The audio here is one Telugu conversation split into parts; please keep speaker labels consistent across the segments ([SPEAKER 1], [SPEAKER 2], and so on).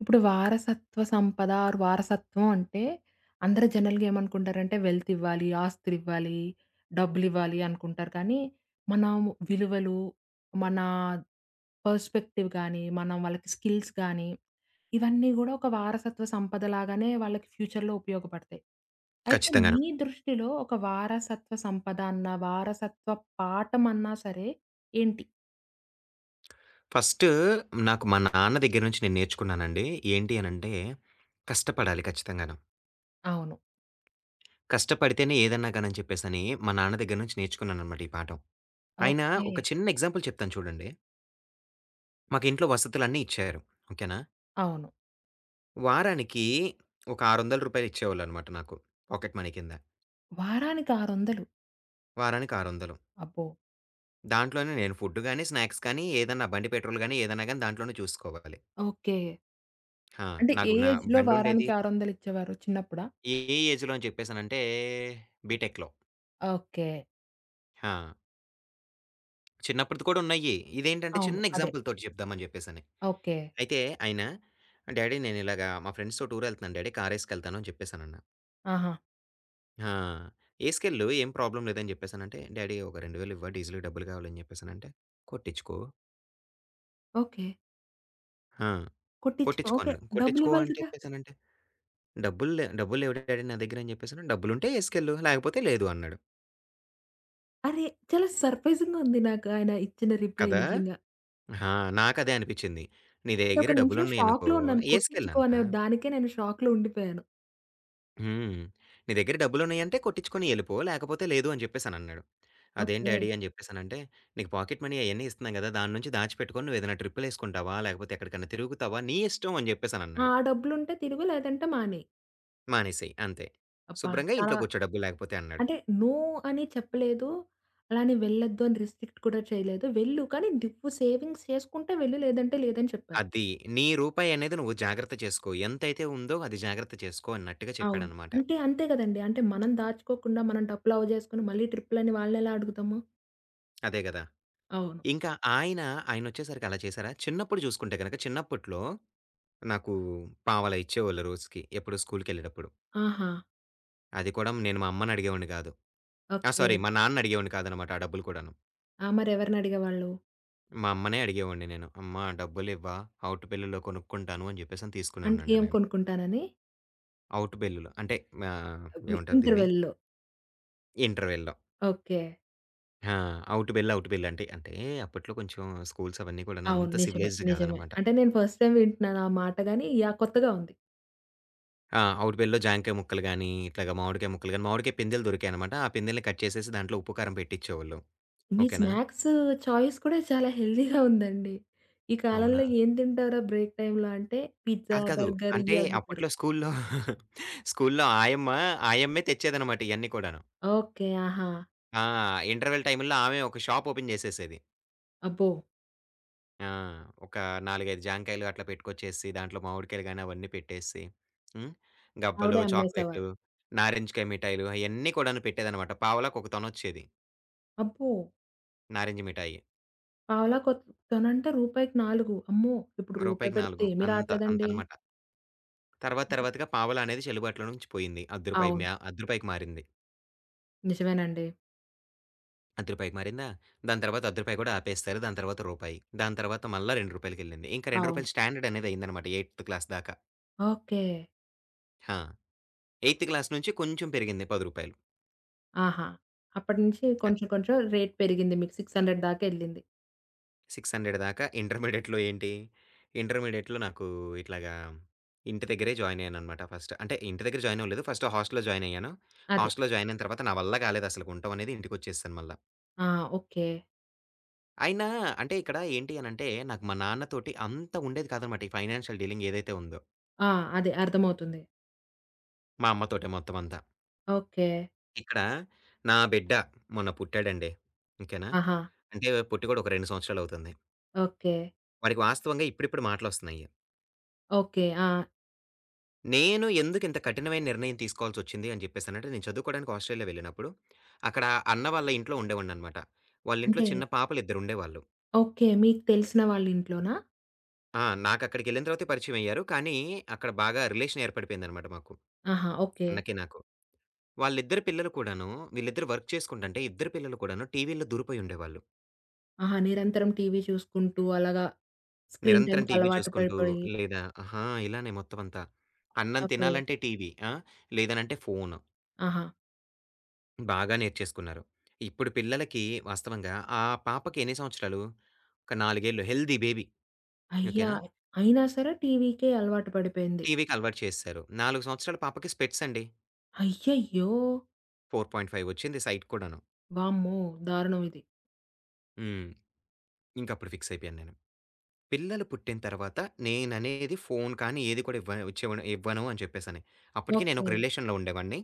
[SPEAKER 1] ఇప్పుడు వారసత్వ సంపద ఆర్ వారసత్వం అంటే అందరు జనరల్‌గా ఏమనుకుంటారంటే వెల్త్ ఇవ్వాలి, ఆస్తులివ్వాలి, డబ్బులివ్వాలి అనుకుంటారు. కానీ మనం విలువలు, మన పర్స్పెక్టివ్ గానీ, మనం వాళ్ళకి స్కిల్స్ గానీ, ఇవన్నీ గూడా ఒక వారసత్వ సంపద లాగానే వాళ్ళకి ఫ్యూచర్‌లో ఉపయోగపడతాయి. అయితే
[SPEAKER 2] ఖచ్చితంగాను.
[SPEAKER 1] మీ దృష్టిలో ఒక వారసత్వ సంపద అన్నా, వారసత్వ పాఠం అన్నా సరే ఏంటి?
[SPEAKER 2] ఫస్టు నాకు మా నాన్న దగ్గర నుంచి నేను నేర్చుకున్నానండి. ఏంటి అనంటే, కష్టపడాలి ఖచ్చితంగాను.
[SPEAKER 1] అవును.
[SPEAKER 2] కష్టపడితేనే ఏదన్నా గాని అని చెప్పేసని, మా నాన్న దగ్గర నుంచి నేర్చుకున్నాననమాట ఈ పాఠం. ఆయన
[SPEAKER 1] ఓకే.
[SPEAKER 2] ఒక చిన్న ఎగ్జాంపుల్ చెప్తాను చూడండి. మాకు ఇంట్లో వసతులన్నీ ఇచ్చారు. ఓకేనా?
[SPEAKER 1] అవును.
[SPEAKER 2] వారానికి ఒక రూ. 600 ఇచ్చేవాళ్ళనమాట నాకు. పాకెట్ మనీ కింద.
[SPEAKER 1] వారానికి 600.
[SPEAKER 2] వారానికి 600.
[SPEAKER 1] అబ్బో!
[SPEAKER 2] దాంట్లోనే నేను ఫుడ్ గాని, స్నాక్స్ కానీ, ఏదన్నా బండి పెట్రోల్ గాని, ఏదన్నా గాని దాంట్లోనే చూసుకోవాలి.
[SPEAKER 1] ఓకే.
[SPEAKER 2] ఆ!
[SPEAKER 1] అంటే ఏ
[SPEAKER 2] నాకు నా
[SPEAKER 1] ఏజ్‌లో
[SPEAKER 2] బండుండేది.
[SPEAKER 1] వారానికి 600 ఇచ్చేవారు? చిన్నప్పుడా?
[SPEAKER 2] ఏ ఏజ్‌లో అని చెప్పేసనంటే, బీటెక్‌లో.
[SPEAKER 1] ఓకే.
[SPEAKER 2] ఆ! చిన్నప్పటిది కూడా ఉన్నాయి. ఇదేంటంటే
[SPEAKER 1] అవును.
[SPEAKER 2] చిన్న
[SPEAKER 1] అదే.
[SPEAKER 2] ఎగ్జాంపుల్‌తోటి చెప్దామని జెప్పేసని.
[SPEAKER 1] ఓకే.
[SPEAKER 2] అయితే ఆయన డ్యాడీ నేనిలాగా మా ఫ్రెండ్స్‌తో టూరెళ్తున్నాను డ్యాడీ కారేసుకెళ్తాను అని చెప్పేసానన్నా.
[SPEAKER 1] ఆహా!
[SPEAKER 2] ఆ! ఏసుకెళ్ళు ఏం ప్రాబ్లమ్ లేదని జెప్పేసానంటే, డ్యాడీ ఒక 2000 ఇవ్వా డీజిల్‌కి డబ్బులు కావాలని జెప్పేసానంటే, కొట్టించుకో
[SPEAKER 1] ఓకే.
[SPEAKER 2] ఆ!
[SPEAKER 1] కొట్టించుకో,
[SPEAKER 2] కొట్టించుకో
[SPEAKER 1] ఓకే.
[SPEAKER 2] అన్నాడు. కొట్టించుకో
[SPEAKER 1] డబ్బులివ్వాలి
[SPEAKER 2] అని
[SPEAKER 1] కదా!
[SPEAKER 2] చెప్పేసానంటే, డబ్బులు లేవు డ్యాడీ నా దగ్గర అని జెప్పేసాను. డబ్బులుంటే ఏసుకెళ్ళు లేకపోతే లేదు అన్నాడు.
[SPEAKER 1] అరే! చాలా సర్ప్రైజింగ్‌గా ఉంది నాకు ఆయన ఇచ్చిన రిప్లై
[SPEAKER 2] కదా!
[SPEAKER 1] నిజంగా.
[SPEAKER 2] ఆ! నాకదే అనిపిచ్చింది. నీ
[SPEAKER 1] నేనొక
[SPEAKER 2] దగ్గర
[SPEAKER 1] నిమిషం
[SPEAKER 2] డబ్బులున్నాయనుకో
[SPEAKER 1] షాక్‌లో ఉన్నాను. కొట్టించుకో
[SPEAKER 2] ఏసుకెళ్ళన్నా.
[SPEAKER 1] అనే దానికే నేను షాక్‌లో ఉండిపోయాను.
[SPEAKER 2] హ్మ్. "నీ దగ్గర డబ్బులున్నాయంటే కొట్టించుకొని ఎళ్ళిపో, లేకపోతే లేదు" అని చెప్పేసనన్నాడు. "అదేం
[SPEAKER 1] ఓకే.
[SPEAKER 2] డ్యాడీ" అని చెప్పేసనంటే, "నీకు పాకెట్ మనీ అయన్నీ ఇస్తున్నాం గదా! దాని నుంచి దాచిపెట్టుకొని నువ్వేదైనా ట్రిప్పులేసుకుంటావా, లేకపోతే ఎక్కడికన్నా తిరుగుతావా, నీ ఇష్టం" అని
[SPEAKER 1] ఆ!
[SPEAKER 2] చెప్పేసనన్నాడు.
[SPEAKER 1] డబ్బులుంటే తిరుగు, లేదంటే మానేయి.
[SPEAKER 2] "మానేసేయి అంతే.
[SPEAKER 1] అబ్బా!
[SPEAKER 2] శుభ్రంగా
[SPEAKER 1] చాలా,
[SPEAKER 2] ఇంట్లో కూర్చో డబ్బులు లేకపోతే" అన్నాడు.
[SPEAKER 1] అంటే నో అని చెప్పలేదు. అలానే వెళ్ళొద్దు అని రిస్ట్రిక్ట్ కూడా చేయలేదు. వెళ్ళు కానీ నువ్వు సేవింగ్స్ చేసుకుంటే వెళ్ళు, లేదంటే లేదని చెప్పారు.
[SPEAKER 2] "అది నీ రూపాయనేది నువ్వు జాగ్రత్త చేసుకో. ఎంతైతే ఉందో అది జాగ్రత్త చేసుకో" అన్నట్టుగా
[SPEAKER 1] అవును.
[SPEAKER 2] చెప్పాడనమాట.
[SPEAKER 1] అంటే అంతే గదండీ. అంటే మనం దాచుకోకుండా మనం డబ్బులు పోగు జేసుకొని మళ్ళీ ట్రిప్పులని వాళ్ళనెలా అడుగుతాము?
[SPEAKER 2] అదే గదా!
[SPEAKER 1] అవును.
[SPEAKER 2] ఇంకా ఆయన, ఆయనొచ్చేసరికి అలా చేశారా, చిన్నప్పుడు జూసుకుంటే గనక చిన్నప్పట్లో నాకు పావలా ఇచ్చేవాళ్ళు రోజుకి ఎప్పుడు స్కూలుకెళ్ళేటప్పుడు.
[SPEAKER 1] ఆహా!
[SPEAKER 2] అది కూడా నేను మా అమ్మని అడిగేవాడిని కాదు. ఆ!
[SPEAKER 1] ఓకే.
[SPEAKER 2] సారీ మా నాన్నని అడిగేవాడిని కాదనమాట ఆ డబ్బులు కూడాను.
[SPEAKER 1] ఆ! మరెవరినడిగేవాళ్ళు?
[SPEAKER 2] మా అమ్మనే అడిగేవాడిని నేను. అమ్మ డబ్బులివ్వా ఔట్ బిల్లులో కొనుక్కుంటాను అని చెప్పేసని
[SPEAKER 1] అంటే
[SPEAKER 2] తీసుకునేవాడినంట
[SPEAKER 1] ఏం
[SPEAKER 2] నేను.
[SPEAKER 1] కొనుక్కుంటానని?
[SPEAKER 2] ఔట్ బిల్లులో అంటే ఆహ్,
[SPEAKER 1] వి
[SPEAKER 2] ఏమంటారు దీన్ని?
[SPEAKER 1] ఇంటర్వెల్‌లో.
[SPEAKER 2] ఇంటర్వెల్‌లో.
[SPEAKER 1] ఓకే.
[SPEAKER 2] ఆ! ఔట్ బిల్ అంటే, అంటే అప్పట్లో కొంచెం స్కూల్స్ అవన్నీ కూడాను
[SPEAKER 1] అవును.
[SPEAKER 2] అంత
[SPEAKER 1] నిజమే.
[SPEAKER 2] సివిలైజ్డ్
[SPEAKER 1] నిజమే.
[SPEAKER 2] కాదనమాట.
[SPEAKER 1] అంటే నేను ఫస్ట్ టైమ్ వింటున్నాను ఆ మాట గాని, యాహ్! కొత్తగా ఉంది.
[SPEAKER 2] ఆ! ఔట్ బిల్‌లో జాంకాయ ముక్కలు గాని, ఇట్లాగా మామిడికాయ ముక్కలు గాని, మామిడికాయ పిందెలు దొరికాయనమాట. ఆ పిందెల్ని కట్ చేసేసి దాంట్లో ఉప్పు, కారం పెట్టిచ్చేవాళ్ళు.
[SPEAKER 1] మీ
[SPEAKER 2] ఓకేనా?
[SPEAKER 1] స్నాక్స్ చాయిస్ కూడా చాలా హెల్తీగా ఉందండి. ఈ
[SPEAKER 2] అవునా!
[SPEAKER 1] కాలంలో ఏం తింటావురా బ్రేక్ టైమ్‌లో అంటే పిజ్జా,
[SPEAKER 2] కాదు. కాదు.
[SPEAKER 1] బర్గర్
[SPEAKER 2] అంటే
[SPEAKER 1] ఇయ్యి అడుగుతారు.
[SPEAKER 2] అప్పట్లో స్కూల్లో స్కూల్లో ఆయమ్మ, ఆయమ్మే తెచ్చేదనమాట ఇయన్నీ కూడాను.
[SPEAKER 1] ఓకే. ఆహా!
[SPEAKER 2] ఆ! ఇంటర్వెల్ టైముల్లో ఆమె ఒక షాప్ ఓపెన్ జేసేసేది.
[SPEAKER 1] అబ్బో!
[SPEAKER 2] ఆ! ఒక 4, 5 జాంకాయలు అట్లా పెట్టుకొచ్చేసి, దాంట్లో మామిడికాయలు గాని అవన్నీ పెట్టేసి, హ్మ్.
[SPEAKER 1] ఆవిడే
[SPEAKER 2] గవ్వలు,
[SPEAKER 1] అమ్మేసేవారు.
[SPEAKER 2] చాక్లెట్లు, నారింజకాయ మిఠాయిలు అయన్నీ కూడాను పెట్టేదనమాట. పావలాకు ఒక తొనొచ్చేది.
[SPEAKER 1] అబ్బో!
[SPEAKER 2] నారింజ మిఠాయి.
[SPEAKER 1] పావలా కొ తనంటే రూపాయికి 4. అమ్మో! ఇప్పుడు రూపాయి
[SPEAKER 2] రూపాయికి
[SPEAKER 1] పెడితే
[SPEAKER 2] 4
[SPEAKER 1] ఏమీ
[SPEAKER 2] అంత
[SPEAKER 1] రాట్లేదండి.
[SPEAKER 2] అంతనమాట. తర్వాత తర్వాతగా పావలా అనేది చెల్లుబాటులో నుంచి పోయింది. రూ. 1 రూపాయి
[SPEAKER 1] అవును.
[SPEAKER 2] మ్యా రూ. 1 మారింది.
[SPEAKER 1] నిజమేనండి.
[SPEAKER 2] అది రూపాయికి మారిందా? దాని తర్వాత రూ. 1 కూడా ఆపేస్తారు. దాని తర్వాత రూపాయి. దాని తర్వాత మళ్ళా రూ. 2కెళ్ళింది. ఇంకా రూ.
[SPEAKER 1] అవును.
[SPEAKER 2] 2 స్టాండర్డ్ అనేది అయిందనమాట. ఎయిత్ క్లాస్ దాకా.
[SPEAKER 1] ఓకే.
[SPEAKER 2] ఆ! ఎయిత్ క్లాస్ నుంచి కొంచెం పెరిగింది రూ. 10
[SPEAKER 1] ఆహా! అప్పటినుంచి
[SPEAKER 2] అది.
[SPEAKER 1] కొంచెం కొంచెం రేట్ పెరిగింది, మీకు 600 దాకా ఎళ్ళింది.
[SPEAKER 2] 600 దాకా ఇంటర్మీడియేట్‌లో ఏంటి, ఇంటర్మీడియేట్‌లో నాకు ఇట్లాగా ఇంటి దగ్గరే జాయిన్ అయ్యాననమాట ఫస్ట్. అంటే ఇంటి దగ్గర జాయిన్ అవ్వలేదు. ఫస్ట్ హాస్టల్‌లో జాయిన్ అయ్యాను.
[SPEAKER 1] అదే.
[SPEAKER 2] హాస్టల్‌లో జాయిన్ అయిన తర్వాత నా వల్ల కాలేదు అసలకి ఉండటం అనేది. ఇంటికొచ్చేసాను మళ్ళా.
[SPEAKER 1] ఆ! ఓకే.
[SPEAKER 2] అయినా అంటే ఇక్కడ ఏంటి అనంటే నాకు మా నాన్నతోటి అంత ఉండేది కాదనమాట. ఈ ఫైనాన్షియల్ డీలింగ్ ఏదైతే ఉందో
[SPEAKER 1] ఆ! అదే అర్థమవుతుంది.
[SPEAKER 2] మా అమ్మతోటే మొత్తం అంతా.
[SPEAKER 1] ఓకే.
[SPEAKER 2] ఇక్కడ నా బిడ్డ మొన్న పుట్టాడండి. ఓకేనా?
[SPEAKER 1] ఆహా!
[SPEAKER 2] అంటే పుట్టి కూడా ఒక 2 సంవత్సరాలవుతుంది.
[SPEAKER 1] ఓకే.
[SPEAKER 2] వాడికి వాస్తవంగా ఇప్పుడిప్పుడు మాటలొస్తున్నాయి.
[SPEAKER 1] ఓకే. ఆ!
[SPEAKER 2] నేను ఎందుకు ఇంత కఠినమైన నిర్ణయం తీసుకోవాల్సొచ్చింది అని చెప్పేసనంటే, నేను చదువుకోవడానికి ఆస్ట్రేలియా వెళ్ళినప్పుడు, అక్కడ అన్న వాళ్ళ ఇంట్లో ఉండేవాడిననమాట. వాళ్ళింట్లో
[SPEAKER 1] అంటే,
[SPEAKER 2] చిన్న పాపలిద్దరుండేవాళ్ళు.
[SPEAKER 1] ఓకే. మీకు తెలిసిన వాళ్ళ ఇంట్లోనా?
[SPEAKER 2] ఆ! నాకక్కడికెళ్ళిన తర్వాతే పరిచయమయ్యారు. కానీ అక్కడ బాగా రిలేషన్ ఏర్పడిపోయిందనమాట మాకు.
[SPEAKER 1] ఆహా! ఓకే.
[SPEAKER 2] అన్నకి నాకు. వాళ్ళిద్దరి పిల్లలు కూడాను, వీళ్ళిద్దరు వర్క్ చేసుకుంటంటే, ఇద్దరు పిల్లలు కూడాను టీవీల్లో దూరిపోయుండేవాళ్ళు.
[SPEAKER 1] ఆహా! నిరంతరం టీవీ చూసుకుంటూ అలాగా స్క్రీన్
[SPEAKER 2] నిరంతరం
[SPEAKER 1] టైమ్‌కి
[SPEAKER 2] టీవీ
[SPEAKER 1] అలవాటు
[SPEAKER 2] చూసుకుంటూ,
[SPEAKER 1] పడిపోయి,
[SPEAKER 2] లేదా ఆహా! ఇలానే మొత్తమంతా. అన్నం
[SPEAKER 1] ఓకే.
[SPEAKER 2] తినాలంటే టీవీ. ఆ! లేదనంటే ఫోను.
[SPEAKER 1] ఆహా!
[SPEAKER 2] బాగా నేర్చేసుకున్నారు. ఇప్పుడు పిల్లలకి వాస్తవంగా ఆ పాపకి ఎన్ని సంవత్సరాలు? ఒక 4 ఏళ్ళు హెల్తీ బేబీ.
[SPEAKER 1] అయ్యా!
[SPEAKER 2] ఓకేనా?
[SPEAKER 1] అయినా సరే టీవీకే అలవాటు పడిపోయింది.
[SPEAKER 2] టీవీకి అలవాటు చేసేసారు. 4 సంవత్సరాల పాపకి స్పెట్స్ అండి.
[SPEAKER 1] అయ్యయ్యో!
[SPEAKER 2] 4.5 వచ్చింది సైట్ కూడాను.
[SPEAKER 1] వామ్మో! దారుణం ఇది.
[SPEAKER 2] హ్మ్. ఇంకప్పుడు ఫిక్స్ అయిపోయాను నేను. పిల్లలు పుట్టిన తర్వాత నేననేది ఫోను కానీ, ఏది కూడా ఇవ్వను అని చెప్పేసని. అప్పటికి నేనొక
[SPEAKER 1] ఓకే.
[SPEAKER 2] రిలేషన్‌లో ఉండేవాడిని.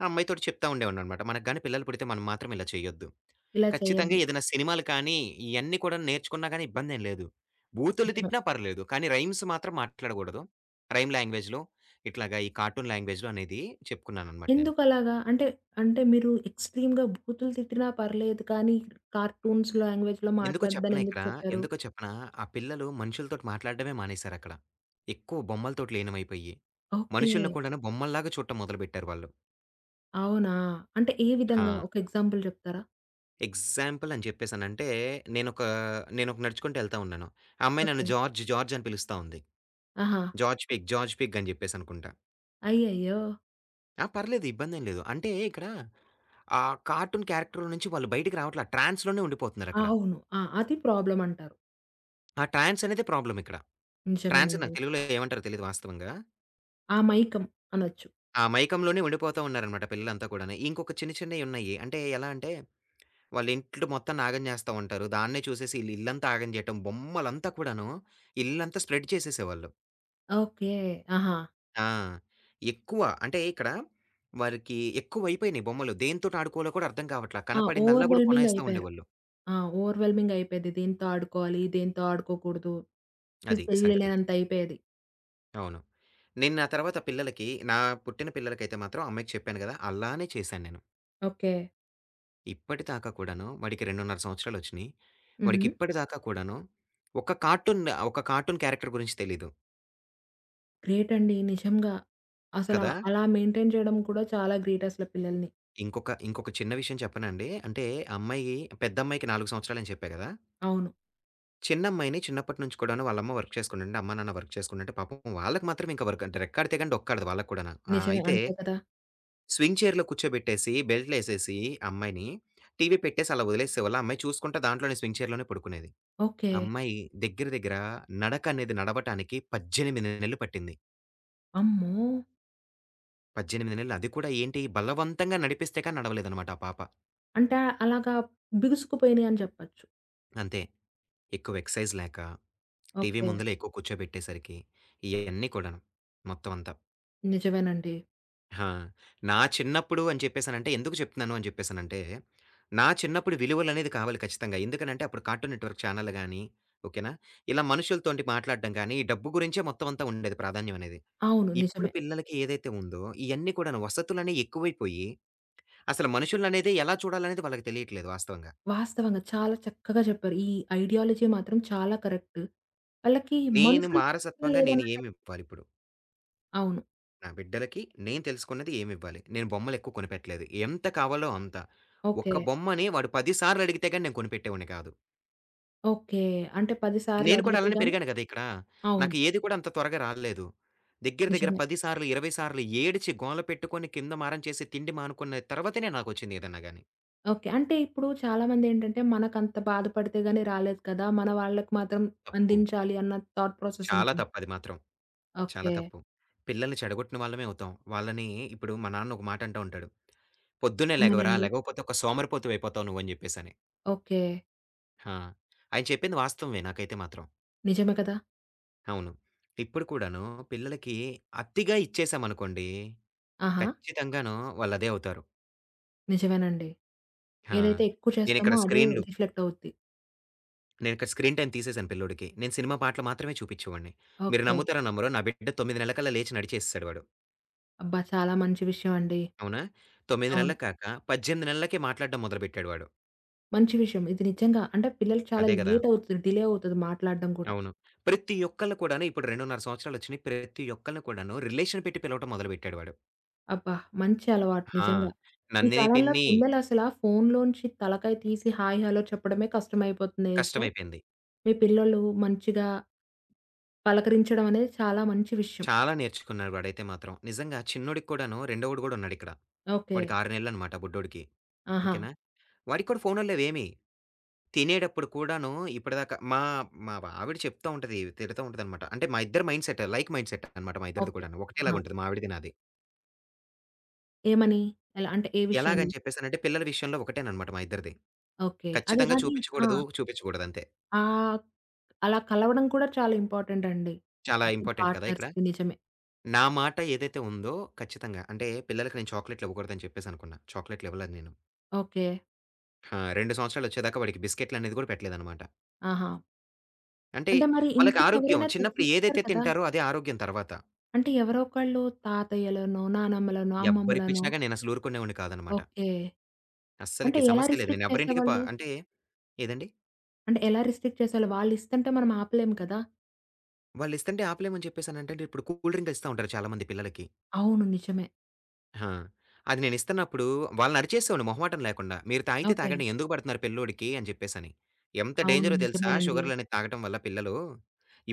[SPEAKER 2] ఆ అమ్మాయితోటి చెప్తా ఉండేవాడిననమాట. మనకు గాని పిల్లలు పుడితే మనం మాత్రం ఇలా చేయొద్దు.
[SPEAKER 1] ఇలా
[SPEAKER 2] ఖచ్చితంగా
[SPEAKER 1] చేయొద్దు.
[SPEAKER 2] ఏదైనా సినిమాలు కానీ, ఇయన్నీ కూడా నేర్చుకున్నా గాని ఇబ్బందేం లేదు. బూతులు
[SPEAKER 1] నిజమే.
[SPEAKER 2] తిట్టినా పర్లేదు. కానీ రైమ్స్ మాత్రం మాట్లాడకూడదు. రైమ్ లాంగ్వేజ్‌లో ఇట్లాగా ఈ కార్టూన్ లాంగ్వేజ్‌లో అనేది చెప్పుకున్నాననమాట నేను.
[SPEAKER 1] ఎందుకలాగా? అంటే, అంటే మీరు ఎక్స్‌ట్రీమ్‌గా బూతులు తిట్టినా పర్లేదు కానీ, కార్టూన్స్ లాంగ్వేజ్‌లో
[SPEAKER 2] ఎందుకో
[SPEAKER 1] మాట్లాడొద్దని
[SPEAKER 2] చెప్పనా
[SPEAKER 1] ఎందుకు
[SPEAKER 2] ఇక్కడ,
[SPEAKER 1] చెప్పారు?
[SPEAKER 2] ఎందుకో చెప్పనా? ఆ పిల్లలు మనుషులతోటి మాట్లాడడమే మానేశారక్కడ. ఎక్కువ బొమ్మలతోటి లీనమైపోయి.
[SPEAKER 1] ఓకే.
[SPEAKER 2] మనుషుల్ని కూడాను బొమ్మల్లాగా చూడటం మొదలుపెట్టారు వాళ్ళు.
[SPEAKER 1] అవునా? అంటే ఏ విధంగా?
[SPEAKER 2] ఆ!
[SPEAKER 1] ఒక ఎగ్జాంపుల్ చెప్తారా?
[SPEAKER 2] ఎగ్జాంపుల్ అని చెప్పేసనంటే, నేనొక నేనొక నడుచుకుంటూ ఎళ్తా ఉన్నాను. ఆ అమ్మాయి నన్ను
[SPEAKER 1] ఓకే.
[SPEAKER 2] జార్జ్, జార్జ్ అని పిలుస్తా ఉంది.
[SPEAKER 1] ఆహా!
[SPEAKER 2] జార్జ్ పిగ్, జార్జ్ పిగ్ అని చెప్పేసనుకుంటా.
[SPEAKER 1] అయ్యయ్యో!
[SPEAKER 2] ఆ! పర్లేదు ఇబ్బందేం లేదు. అంటే ఇక్కడ ఆ కార్టూన్ క్యారెక్టర్‌లో నుంచి వాళ్ళు బయటికి రావట్లా. ట్రాన్స్‌లోనే ఉండిపోతున్నారక్కడ.
[SPEAKER 1] అవును. ఆ! అది ప్రాబ్లమ్ అంటారు.
[SPEAKER 2] ఆ ట్రాన్స్ అనేదే ప్రాబ్లమ్ ఇక్కడ. ట్రాన్స్
[SPEAKER 1] నిజమేనండి.
[SPEAKER 2] నాకు తెలుగులో ఏమంటారో తెలీదు వాస్తవంగా.
[SPEAKER 1] అమైకం అనొచ్చు.
[SPEAKER 2] ఆ మైకంలోనే ఉండిపోతా ఉన్నారనమాట పిల్లలంతా కూడాను. ఇంకొక చిన్న చిన్నయున్నాయి. అంటే ఎలా అంటే, వాళ్ళ ఇంట్లో మొత్తాన్ని ఆగం చేస్తా ఉంటారు. దాన్నే చూసేసి ఈళ్ళు ఇల్లంతా ఆగం చేయటం, బొమ్మలంతా కూడాను ఇల్లంతా స్ప్రెడ్ చేసేసేవాళ్ళు.
[SPEAKER 1] ఓకే. ఆహా!
[SPEAKER 2] ఆ! ఎక్కువ అంటే ఇక్కడ వారికి ఎక్కువైపోయినాయి బొమ్మలు. దేనితోటి ఆడుకోవాలో కూడా అర్థం కావట్లా.
[SPEAKER 1] ఆ!
[SPEAKER 2] కనపడిందల్లా కూడా
[SPEAKER 1] ఓవర్‌వెల్మింగ్
[SPEAKER 2] కొనేస్తా
[SPEAKER 1] అయిపోయారు.
[SPEAKER 2] ఉండేవాళ్ళు.
[SPEAKER 1] ఆ! ఓవర్‌వెల్మింగ్ అయిపోయేది. దీంతో ఆడుకోవాలి, దీంతో ఆడుకోకూడదు,
[SPEAKER 2] అది సంగతి.
[SPEAKER 1] తెలియలేనంత అయిపోయేది.
[SPEAKER 2] అవును. నేను నా తర్వాత పిల్లలకి, నా పుట్టిన పిల్లలకైతే మాత్రం అమ్మాయికి చెప్పాను కదా! అలానే చేశాను నేను.
[SPEAKER 1] ఓకే.
[SPEAKER 2] ఇప్పటిదాకా కూడాను వాడికి 2.5 సంవత్సరాలొచ్చినియి.
[SPEAKER 1] హుహు.
[SPEAKER 2] వాడికిప్పటిదాకా కూడాను ఒక కార్టూన్ ఒక కార్టూన్ క్యారెక్టర్ గురించి తెలీదు
[SPEAKER 1] గ్రేట్ అండి. నిజంగా. అసల
[SPEAKER 2] కదా!
[SPEAKER 1] అలా మెయింటైన్ చేయడం కూడా చాలా గ్రేట్ అసల పిల్లల్ని.
[SPEAKER 2] ఇంకొక ఇంకొక చిన్న విషయం చెప్పనాండి? అంటే అమ్మాయి పెద్దమ్మాయికి 4 సంవత్సరాలని చెప్పా గదా!
[SPEAKER 1] అవును.
[SPEAKER 2] చిన్నమ్మాయిని చిన్నప్పటి నుంచి కూడాను వాళ్ళమ్మ వర్క్ చేసుకుంటుంటే, అమ్మ, నాన్న వర్క్ చేసుకుంటుంటే పాపం వాళ్ళకి మాత్రం ఇంక వర్క్ అంటే రెక్కాడితే గాని డొక్కాడదు వాళ్ళకి కూడాను.
[SPEAKER 1] నిజమే.
[SPEAKER 2] అయితే
[SPEAKER 1] అంతే కదా!
[SPEAKER 2] స్వింగ్ చైర్‌లో కూర్చోబెట్టేసి బెల్ట్‌లేసేసి అమ్మాయిని టీవీ పెట్టేసి అలా వదిలేసేవాళ్ళు. ఆ అమ్మాయి చూసుకుంటా దాంట్లోనే స్వింగ్ చైర్‌లోనే పడుకునేది.
[SPEAKER 1] ఓకే.
[SPEAKER 2] అమ్మాయి దగ్గర దగ్గర నడకనేది నడవటానికి 18 నెలలు పట్టింది.
[SPEAKER 1] అమ్మో!
[SPEAKER 2] 18 నెలలు అది కూడా ఏంటి బలవంతంగా నడిపిస్తే కానీ నడవలేదనమాట ఆ పాప.
[SPEAKER 1] అంటే అలాగా బిగుసుకుపోయినాయి అని చెప్పొచ్చు.
[SPEAKER 2] అంతే. ఎక్కువ ఎక్సర్‌సైజ్ లేక, టీవీ
[SPEAKER 1] ఓకే.
[SPEAKER 2] ముందులే ఎక్కువ కూర్చోబెట్టేసరికి ఇయన్నీ కూడాను. మొత్తం అంతా.
[SPEAKER 1] నిజమేనండి.
[SPEAKER 2] ఆ! నా చిన్నప్పుడు అని చెప్పేసనంటే ఎందుకు చెప్తున్నాను అని చెప్పేసనంటే, నా చిన్నప్పుడు విలువలనేది కావాలి ఖచ్చితంగా. ఎందుకనంటే అప్పుడు కార్టూన్ నెట్‌వర్క్ ఛానెల్ గాని, ఓకేనా? ఇలా మనుషులతోటి మాట్లాడడం గాని, ఈ డబ్బు గురించే మొత్తం అంతా ఉండేది ప్రాధాన్యం అనేది.
[SPEAKER 1] అవును.
[SPEAKER 2] ఇప్పుడు
[SPEAKER 1] నిజమే.
[SPEAKER 2] పిల్లలకి ఏదైతే ఉందో, ఇయన్నీ కూడాను వసతులనేయి ఎక్కువైపోయి, అసలు మనుషులనేదే ఎలా చూడాలనేది వాళ్ళకి తెలియట్లేదు వాస్తవంగా.
[SPEAKER 1] వాస్తవంగా చాలా చక్కగా చెప్పారు. ఈ ఐడియాలజీ మాత్రం చాలా కరెక్ట్. వాళ్ళకి
[SPEAKER 2] నేను
[SPEAKER 1] మనుషులు
[SPEAKER 2] మారసత్వంగా నేను
[SPEAKER 1] లేదన్నట్టే.
[SPEAKER 2] ఏమివ్వాలిప్పుడు?
[SPEAKER 1] అవును.
[SPEAKER 2] నా బిడ్డలకి నేను తెలుసుకున్నది ఏమివ్వాలి? నేను బొమ్మలెక్కువ కొనిపెట్టలేదు. ఎంత కావాలో అంత.
[SPEAKER 1] ఓకే.
[SPEAKER 2] ఒక్క బొమ్మని వాడు 10 సార్లు అడిగితే గాని నేను కొనిపెట్టేవాడిని కాదు.
[SPEAKER 1] ఓకే. అంటే 10 సార్లు
[SPEAKER 2] నేను కూడా
[SPEAKER 1] అడిగితే
[SPEAKER 2] అలానే
[SPEAKER 1] గాని.
[SPEAKER 2] పెరిగాను గదా! ఇక్కడ.
[SPEAKER 1] అవును.
[SPEAKER 2] నాకు ఏది కూడా అంత త్వరగా రాలేదు. దగ్గర దగ్గర
[SPEAKER 1] నిజమే.
[SPEAKER 2] 10 సార్లు, 20 సార్లు ఏడిచి గోల పెట్టుకొని కింద మారం చేసి తిండి మానుకున్న తర్వాతనే నాకొచ్చింది ఏదన్నా గాని.
[SPEAKER 1] ఓకే. అంటే ఇప్పుడు చాలామందేంటంటే మనకంత బాధపడితే గాని రాలేదు కదా! మన వాళ్ళకి మాత్రం
[SPEAKER 2] తప్పు.
[SPEAKER 1] అందించాలి అన్న థాట్ ప్రాసెస్
[SPEAKER 2] చాలా
[SPEAKER 1] ఉంటుంది.
[SPEAKER 2] తప్పది మాత్రం. చాలా
[SPEAKER 1] ఓకే.
[SPEAKER 2] తప్పు. పిల్లల్ని చెడగొట్టిన వాళ్ళమే అవుతాం. వాళ్ళని ఇప్పుడు మా నాన్న ఒక మాట అంటా ఉంటాడు. "పొద్దున్నే లెగవరా!
[SPEAKER 1] ఏమేనండి?
[SPEAKER 2] లెగవకపోతే ఒక సోమరిపోతువయిపోతావు నువ్వు" అని జెప్పేసని.
[SPEAKER 1] ఓకే.
[SPEAKER 2] ఆ! ఆయన చెప్పింది వాస్తవమే నాకైతే మాత్రం.
[SPEAKER 1] నిజమే కదా!
[SPEAKER 2] అవును. ఇప్పుడు కూడాను పిల్లలకి అతిగా ఇచ్చేసామనుకోండి,
[SPEAKER 1] ఆహా!
[SPEAKER 2] ఖచ్చితంగాను వాళ్ళదే అవుతారు.
[SPEAKER 1] నిజమేనండి.
[SPEAKER 2] ఆ!
[SPEAKER 1] ఏదైతే ఎక్కువ
[SPEAKER 2] నేనిక్కడ
[SPEAKER 1] చేస్తామో అదే
[SPEAKER 2] స్క్రీన్‌లు
[SPEAKER 1] రిఫ్లెక్ట్ అవుద్ది.
[SPEAKER 2] నేనిక్కడ స్క్రీన్ టైమ్ తీసేసాను పిల్లోడికి. నేను సినిమా, పాటలు మాత్రమే చూపిచ్చేవాడిని. మీరు
[SPEAKER 1] ఓకే.
[SPEAKER 2] నమ్ముతారో నమ్మరో నా బిడ్డ 9 నెలలకల్లా లేచి నడిచేసేసాడు వాడు.
[SPEAKER 1] అబ్బా! చాలా మంచి విషయం అండి.
[SPEAKER 2] అవునా? 9
[SPEAKER 1] అవును.
[SPEAKER 2] నెలలు కాక 18 నెలలకే మాట్లాడడం మొదలుపెట్టాడు వాడు.
[SPEAKER 1] మంచి విషయం. ఇది నిజంగా అంటే పిల్లలకి చాలా
[SPEAKER 2] అదే గదా!
[SPEAKER 1] లేట్ అవుతుంది. డిలే అవుతది మాట్లాడడం కూడా.
[SPEAKER 2] అవును. ప్రతి ఒక్కళ్ళు కూడాను ఇప్పుడు 2.5 సంవత్సరాలొచ్చినియి. ప్రతి ఒక్కళ్ళని కూడాను రిలేషన్ పెట్టి పిలవటం మొదలుపెట్టాడు వాడు.
[SPEAKER 1] అబ్బా! మంచి అలవాటు
[SPEAKER 2] ఆ!
[SPEAKER 1] నిజంగా. ఈ
[SPEAKER 2] నందిని
[SPEAKER 1] కాలంలో
[SPEAKER 2] పిన్ని
[SPEAKER 1] పిల్లలసలా ఫోనులోంచి తలకాయ తీసి హాయ్, హలో చెప్పడమే కష్టమైపోతున్న ఏజ్‌లో,
[SPEAKER 2] కష్టమైపోయింది.
[SPEAKER 1] మీ పిల్లోళ్ళు మంచిగా పలకరించడం అనేది చాలా మంచి విషయం.
[SPEAKER 2] చాలా నేర్చుకున్నాడు వాడైతే మాత్రం. నిజంగా చిన్నోడికి కూడాను రెండోవాడు గూడా ఉన్నాడిక్కడ.
[SPEAKER 1] ఓకే.
[SPEAKER 2] వాడికి 6 నెలలనమాట బుడ్డోడికి.
[SPEAKER 1] ఆహా!
[SPEAKER 2] ఓకేనా? వాడికి కూడా ఫోనులు లేవేమి. తినేటప్పుడు కూడాను ఇప్పటిదాకా మా మా ఆవిడ చెప్తా ఉంటది, తిడతా ఉంటదనమాట. అంటే మా ఇద్దరి mind set like mind set అనమాట మా ఇద్దరిది
[SPEAKER 1] ఓకే.
[SPEAKER 2] కూడాను.
[SPEAKER 1] ఆహా!
[SPEAKER 2] ఒకటేలాగుంటది మా ఆవిడది నాది.
[SPEAKER 1] ఏమని? ఎలా? అంటే ఏ విషయాన్ని?
[SPEAKER 2] ఎలాగని చెప్పేసనంటే పిల్లల విషయంలో ఒకటేననమాట మా ఇద్దరిది.
[SPEAKER 1] ఓకే. అది
[SPEAKER 2] ఖచ్చితంగా
[SPEAKER 1] అది ఆ!
[SPEAKER 2] చూపిచ్చకూడదు, చూపిచ్చకూడదంతే.
[SPEAKER 1] ఆహ్, అలా కలవడం కూడా చాలా ఇంపార్టెంట్ అండి.
[SPEAKER 2] చాలా
[SPEAKER 1] ఇద్దరు
[SPEAKER 2] ఇంపార్టెంట్ కదా! ఇక్కడ.
[SPEAKER 1] పార్ట్నర్స్‌కి నిజమే.
[SPEAKER 2] నా మాట ఏదైతే ఉందో ఖచ్చితంగా అంటే పిల్లలకి నేను చాక్లేట్‌లు ఇవ్వకూడదని చెప్పేసి అనుకున్నా. చాక్లేట్‌లు ఇవ్వలేదు నేను.
[SPEAKER 1] ఓకే.
[SPEAKER 2] ఆ! 2 సంవత్సరాలు వచ్చేదాకా వాడికి బిస్కెట్‌లనేది కూడా పెట్టలేదనమాట.
[SPEAKER 1] ఆహా!
[SPEAKER 2] అంటే
[SPEAKER 1] అంటే మరి
[SPEAKER 2] వాళ్ళకి ఆరోగ్యం
[SPEAKER 1] ఇంటికెవరైనా
[SPEAKER 2] చిన్నప్పుడు
[SPEAKER 1] తెచ్చిస్తారు
[SPEAKER 2] ఏదైతే
[SPEAKER 1] కదా!
[SPEAKER 2] తింటారో అదే ఆరోగ్యం తర్వాత.
[SPEAKER 1] అంటే ఎవరో ఒకళ్ళు తాతయ్యలనో, నానమ్మలనో, అమ్మమ్మలనో,
[SPEAKER 2] ఎవ్వరిప్పించినా గాని నేనసలు ఊరుకునేవాడిని కాదనమాట.
[SPEAKER 1] ఓకే. అంటే
[SPEAKER 2] అస్సలకి
[SPEAKER 1] ఎలా హ్మ్,
[SPEAKER 2] సమస్య లేదు. నేను
[SPEAKER 1] రిస్ట్రిక్ట్
[SPEAKER 2] ఎవరింటికి ప
[SPEAKER 1] చేసేవాళ్ళు?
[SPEAKER 2] అంటే ఏదండి?
[SPEAKER 1] అంటే ఎలా రిస్ట్రిక్ట్ చేసేవాళ్ళు? వాళ్ళిస్తంటే మనం ఆపలేం కదా!
[SPEAKER 2] వాళ్ళిస్తంటే ఆపలేమని చెప్పేసనంటే ఇప్పుడు కూల్ డ్రింక్‌లిస్తా ఉంటారు చాలా మంది పిల్లలకి.
[SPEAKER 1] అవును. నిజమే.
[SPEAKER 2] ఆ! అది నేనిస్తన్నప్పుడు వాళ్ళనరిచేసేవాడిని మొహమాటం లేకుండా. మీరు తాగితే
[SPEAKER 1] ఓకే.
[SPEAKER 2] తాగండి. ఎందుకు పెడుతున్నారు పిల్లోడికి అని చెప్పేసని. ఎంత
[SPEAKER 1] అవును.
[SPEAKER 2] డేంజరో తెలుసా
[SPEAKER 1] నిజమేనండి.
[SPEAKER 2] షుగర్‌లనేది తాగటం వల్ల పిల్లలు.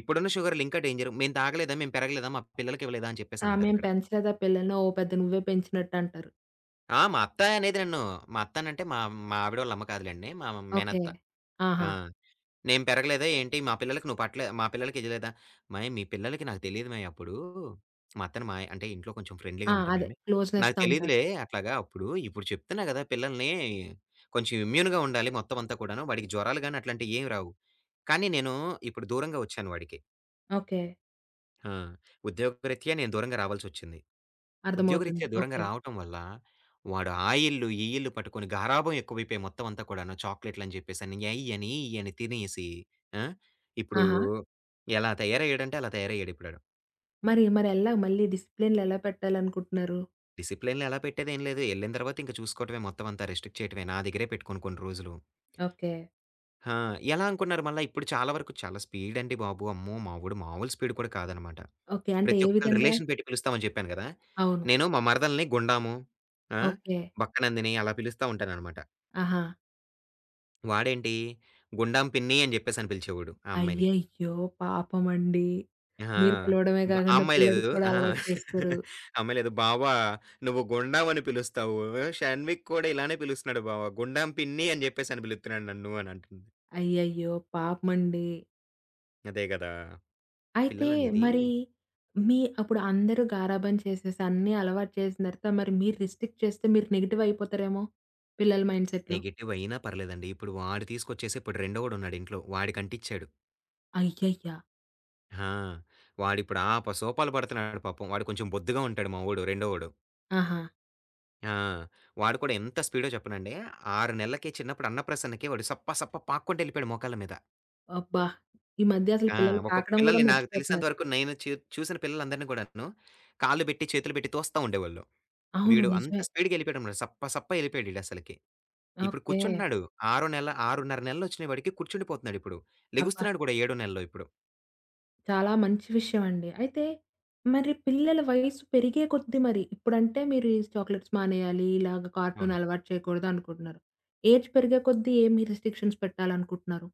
[SPEAKER 2] ఇప్పుడున్న షుగర్‌లు ఇంకా డేంజరు. మేము తాగలేదా? మేము పెరగలేదా? మా పిల్లలకివ్వలేదా? అని
[SPEAKER 1] ఆ!
[SPEAKER 2] చెప్పేసనంటారిక్కడ.
[SPEAKER 1] మేము పెంచలేదా పిల్లల్ని? ఓ పెద్ద నువ్వే పెంచినట్టంటారు.
[SPEAKER 2] ఆ! మా అత్త అనేది నన్ను మా అత్తనంటే మా మా ఆవిడ వాళ్ళ అమ్మ కాదులెండి. మా
[SPEAKER 1] ఓకే.
[SPEAKER 2] మేనత్త. ఆ!
[SPEAKER 1] ఆహా!
[SPEAKER 2] నేను పెరగలేదా ఏంటి? మా పిల్లలకి నువ్వు పట్టలే మా పిల్లలకి ఇయ్యలేదా? "అమ్మాయి మీ పిల్లలకి నాకు తెలీదు మాయి అప్పుడు. మా అత్తను మాయి అంటే ఇంట్లో కొంచెం ఫ్రెండ్లీగా
[SPEAKER 1] ఆ! అదే
[SPEAKER 2] ఉంటానులెండి. నాకు
[SPEAKER 1] క్లోజ్‌నెస్‌తో అంటారు.
[SPEAKER 2] తెలీదులే అట్లాగా అప్పుడు. ఇప్పుడు చెప్తున్నా గదా! పిల్లల్ని కొంచెం ఇమ్యూన్‌గా ఉండాలి మొత్తం అంతా కూడాను. వాడికి జ్వరాలు గాని అట్లాంటియి ఏమి రావు. కానీ నేను ఇప్పుడు దూరంగా ఒచ్చాను వాడికి.
[SPEAKER 1] ఓకే.
[SPEAKER 2] ఆ! ఉద్యోగరీత్యా నేను దూరంగా రావాల్సొచ్చింది.
[SPEAKER 1] అర్థమవుతుంది.
[SPEAKER 2] ఉద్యోగరీత్యా దూరంగా
[SPEAKER 1] ఓకే.
[SPEAKER 2] రావటం వల్ల, వాడు ఆ ఇల్లు, ఈ ఇల్లు పట్టుకొని గారాబం ఎక్కువైపోయి మొత్తం అంతా కూడాను. చాక్లెట్‌లని చెప్పేసని, అయ్యని, ఇయ్యని తినేసి ఆ! ఇప్పుడు
[SPEAKER 1] ఆహా!
[SPEAKER 2] ఎలా తయారయ్యాడంటే అలా తయారయ్యాడిప్పుడాడు.
[SPEAKER 1] మరి మరి ఎలా మళ్ళీ డిసిప్లిన్‌లెలా పెట్టాలనుకుంటున్నారు?
[SPEAKER 2] డిసిప్లిన్‌లో ఎలా పెట్టేదేం లేదు. ఎళ్ళిన తర్వాత ఇంక చూసుకోవటమే మొత్తం అంతా రెస్ట్రిక్ట్ చేయటమే. నా దగ్గరే పెట్టుకొని కొన్ని రోజులు.
[SPEAKER 1] ఓకే.
[SPEAKER 2] ఆ! ఎలా అనుకున్నారు మళ్ళా ఇప్పుడు చాలా వరకు చాలా స్పీడ్ అండి బాబు. అమ్మో! మా వోడు మామూలు స్పీడ్ కూడా కాదనమాట.
[SPEAKER 1] ఓకే. అంటే
[SPEAKER 2] ప్రతి
[SPEAKER 1] ఏ
[SPEAKER 2] ఒక్కళ్ళని
[SPEAKER 1] విధంగా?
[SPEAKER 2] రిలేషన్ పెట్టి పిలుస్తామని చెప్పాను గదా!
[SPEAKER 1] అవును.
[SPEAKER 2] నేను మా మరదల్ని గుండాము, ఆ!
[SPEAKER 1] ఓకే.
[SPEAKER 2] బక్క నందిని అలా పిలుస్తా ఉంటాననమాట.
[SPEAKER 1] ఆహా!
[SPEAKER 2] వాడేంటి 'గుండాం పిన్ని' అని జెప్పేసని పిలిచేవాడు ఆ అమ్మాయిని.
[SPEAKER 1] అయ్యయ్యో! పాపమండి.
[SPEAKER 2] ఆ!
[SPEAKER 1] మీరు పిలవడమే
[SPEAKER 2] బ ఆ
[SPEAKER 1] కాకుండా
[SPEAKER 2] అమ్మాయి
[SPEAKER 1] పిల్లోడికి
[SPEAKER 2] లేదు.
[SPEAKER 1] కూడా
[SPEAKER 2] ఆ!
[SPEAKER 1] అలవాటు చేస్తారు.
[SPEAKER 2] ఆ అమ్మాయి లేదు. "బావ నువ్వు గుండాం అని పిలుస్తావు. షణ్విక్ కూడా ఇలానే పిలుస్తున్నాడు బావ. గుండాం పిన్ని అని జెప్పేసని పిలుస్తున్నాడు నన్ను" అని అంటుంది.
[SPEAKER 1] అయ్యయ్యో! పాపమండి.
[SPEAKER 2] అదే గదా!
[SPEAKER 1] అయితే
[SPEAKER 2] పిల్లలనేది
[SPEAKER 1] మరి మీ అప్పుడు అందరూ గారాబం చేసేసి అన్నీ అలవాటు చేసిన తర్వాత మరి మీరు రిస్ట్రిక్ట్ చేస్తే మీరు నెగెటివ్ అయిపోతారేమో పిల్లల మైండ్‌సెట్‌లో.
[SPEAKER 2] నెగెటివ్ అయినా పర్లేదండి. ఇప్పుడు వాడు తీసుకొచ్చేసి ఇప్పుడు రెండోడున్నాడు ఇంట్లో. వాడికి అంటిచ్చాడు.
[SPEAKER 1] అయ్యయ్య!
[SPEAKER 2] ఆహా, వాడు ఇప్పుడు ఆ! వాడిప్పుడు ఆపసోపాలు పడుతున్నాడు పాపం. వాడు కొంచెం బొద్దుగా ఉంటాడు మా వోడు రెండోవోడు.
[SPEAKER 1] ఆహా!
[SPEAKER 2] ఆ! వాడు కూడా ఎంత స్పీడో చెప్పనండి. 6 నెలలకి చిన్నప్పుడు అన్నప్రాసన్నకి వాడు సప్ప సప్ప పాక్కుంటూ ఎళ్ళిపోయాడు మోకాళ్ళ మీద.
[SPEAKER 1] అబ్బా! ఈ మధ్య అసలు
[SPEAKER 2] ఆ!
[SPEAKER 1] పిల్లలు
[SPEAKER 2] ఒక్కొక్క
[SPEAKER 1] తాకడం గూడా
[SPEAKER 2] పిల్లల్ని నాకు తెలిసినంత
[SPEAKER 1] మర్చిపోతున్నారు.
[SPEAKER 2] వరకు నేను చూసిన పిల్లలందరిని కూడాను కాళ్ళు పెట్టి, చేతులు పెట్టి తోస్తా ఉండేవాళ్ళు.
[SPEAKER 1] అవును.
[SPEAKER 2] వీడు అంత
[SPEAKER 1] నిజమే.
[SPEAKER 2] స్పీడ్‌గా ఎళ్ళిపోయాడన్నమాట. సప్ప సప్ప ఎళ్ళిపోయాడు ఈడసలకి. ఇప్పుడు
[SPEAKER 1] ఓకే.
[SPEAKER 2] కూర్చుంటున్నాడు. ఆరో నెల 6.5 నెలలొచ్చినాయి వాడికి కూర్చుండిపోతున్నాడు ఇప్పుడు.
[SPEAKER 1] అబ్బా!
[SPEAKER 2] లెగుస్తున్నాడు కూడా ఏడో నెలలో ఇప్పుడు.
[SPEAKER 1] చాలా మంచి విషయం అండి. అయితే మరి పిల్లల వయసు పెరిగే కొద్దీ మరి ఇప్పుడంటే మీరు ఈ చాక్లెట్స్ మానేయాలి, ఇలాగ కార్టూన్
[SPEAKER 2] అవును.
[SPEAKER 1] అలవాటు చేయకూడదు అనుకుంటున్నారు. ఏజ్ పెరిగే కొద్దీ ఏమి రిస్ట్రిక్షన్స్ పెట్టాలనుకుంటున్నారు?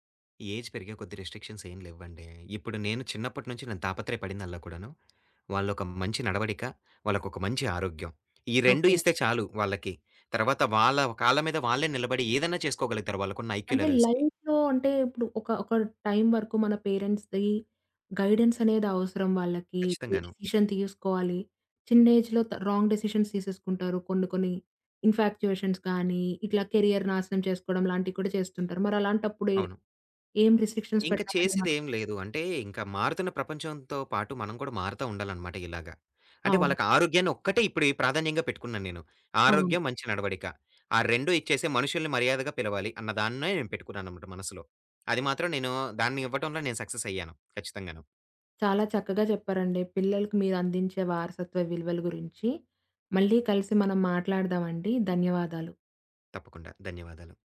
[SPEAKER 2] ఏజ్ పెరిగే కొద్ది రిస్ట్రిక్షన్స్ ఏం లేవండి. ఇప్పుడు నేను చిన్నప్పటి నుంచి నేను తాపత్రయపడింది అల్లా కూడాను. వాళ్ళొక మంచి నడవడిక, వాళ్ళకొక మంచి ఆరోగ్యం. ఈ 2
[SPEAKER 1] ఓకే.
[SPEAKER 2] ఇస్తే చాలు వాళ్ళకి. తర్వాత వాళ్ళ కాళ్ళ మీద వాళ్ళే నిలబడి ఏదన్నా చేసుకోగలుగుతారు వాళ్ళకున్న ఐక్యూ
[SPEAKER 1] అంటే
[SPEAKER 2] లెవెల్స్‌కి.
[SPEAKER 1] లైఫ్‌లో అంటే ఇప్పుడు ఒక ఒక టైం వరకు మన పేరెంట్స్‌ది గైడెన్స్ అనేది అవసరం వాళ్ళకి. ఏ
[SPEAKER 2] ఖచ్చితంగాను.
[SPEAKER 1] డెసిషన్ తీసుకోవాలి. చిన్న ఏజ్‌లో రాంగ్ డెసిషన్స్ తీసేసుకుంటారు. కొన్ని కొన్ని ఇన్‌ఫాక్చుయేషన్స్ కానీ, ఇట్లా కెరియర్ నాశనం చేసుకోవడం లాంటివి కూడా చేస్తుంటారు. మరి అలాంటప్పుడు ఏ
[SPEAKER 2] అవును.
[SPEAKER 1] ఏం రిస్ట్రిక్షన్స్
[SPEAKER 2] ఇంక
[SPEAKER 1] పెట్టాలని మనం,
[SPEAKER 2] చేసేదేం లేదు. అంటే, ఇంకా మారుతున్న ప్రపంచంతో పాటు మనం కూడా మారుతా ఉండాలనమాట ఇలాగ. అంటే
[SPEAKER 1] అవును.
[SPEAKER 2] వాళ్ళకి ఆరోగ్యాన్ని ఒక్కటే ఇప్పుడు ఈ ప్రాధాన్యంగా పెట్టుకున్నాను నేను.
[SPEAKER 1] అవును.
[SPEAKER 2] ఆరోగ్యం, మంచి నడవడిక. ఆ 2 ఇచ్చేసి మనుషుల్ని మర్యాదగా పిలవాలి అన్న దాన్నే నేను పెట్టుకున్నాననమాట మనసులో. అది మాత్రం నేను దాన్ని ఇవ్వటంలో నేను సక్సెస్ అయ్యాను. ఖచ్చితంగాను.
[SPEAKER 1] చాలా చక్కగా చెప్పారండి. పిల్లలకి మీరందించే వారసత్వ విలువల గురించి మళ్ళీ కలిసి మనం మాట్లాడదామండి. ధన్యవాదాలు.
[SPEAKER 2] తప్పకుండా. ధన్యవాదాలు.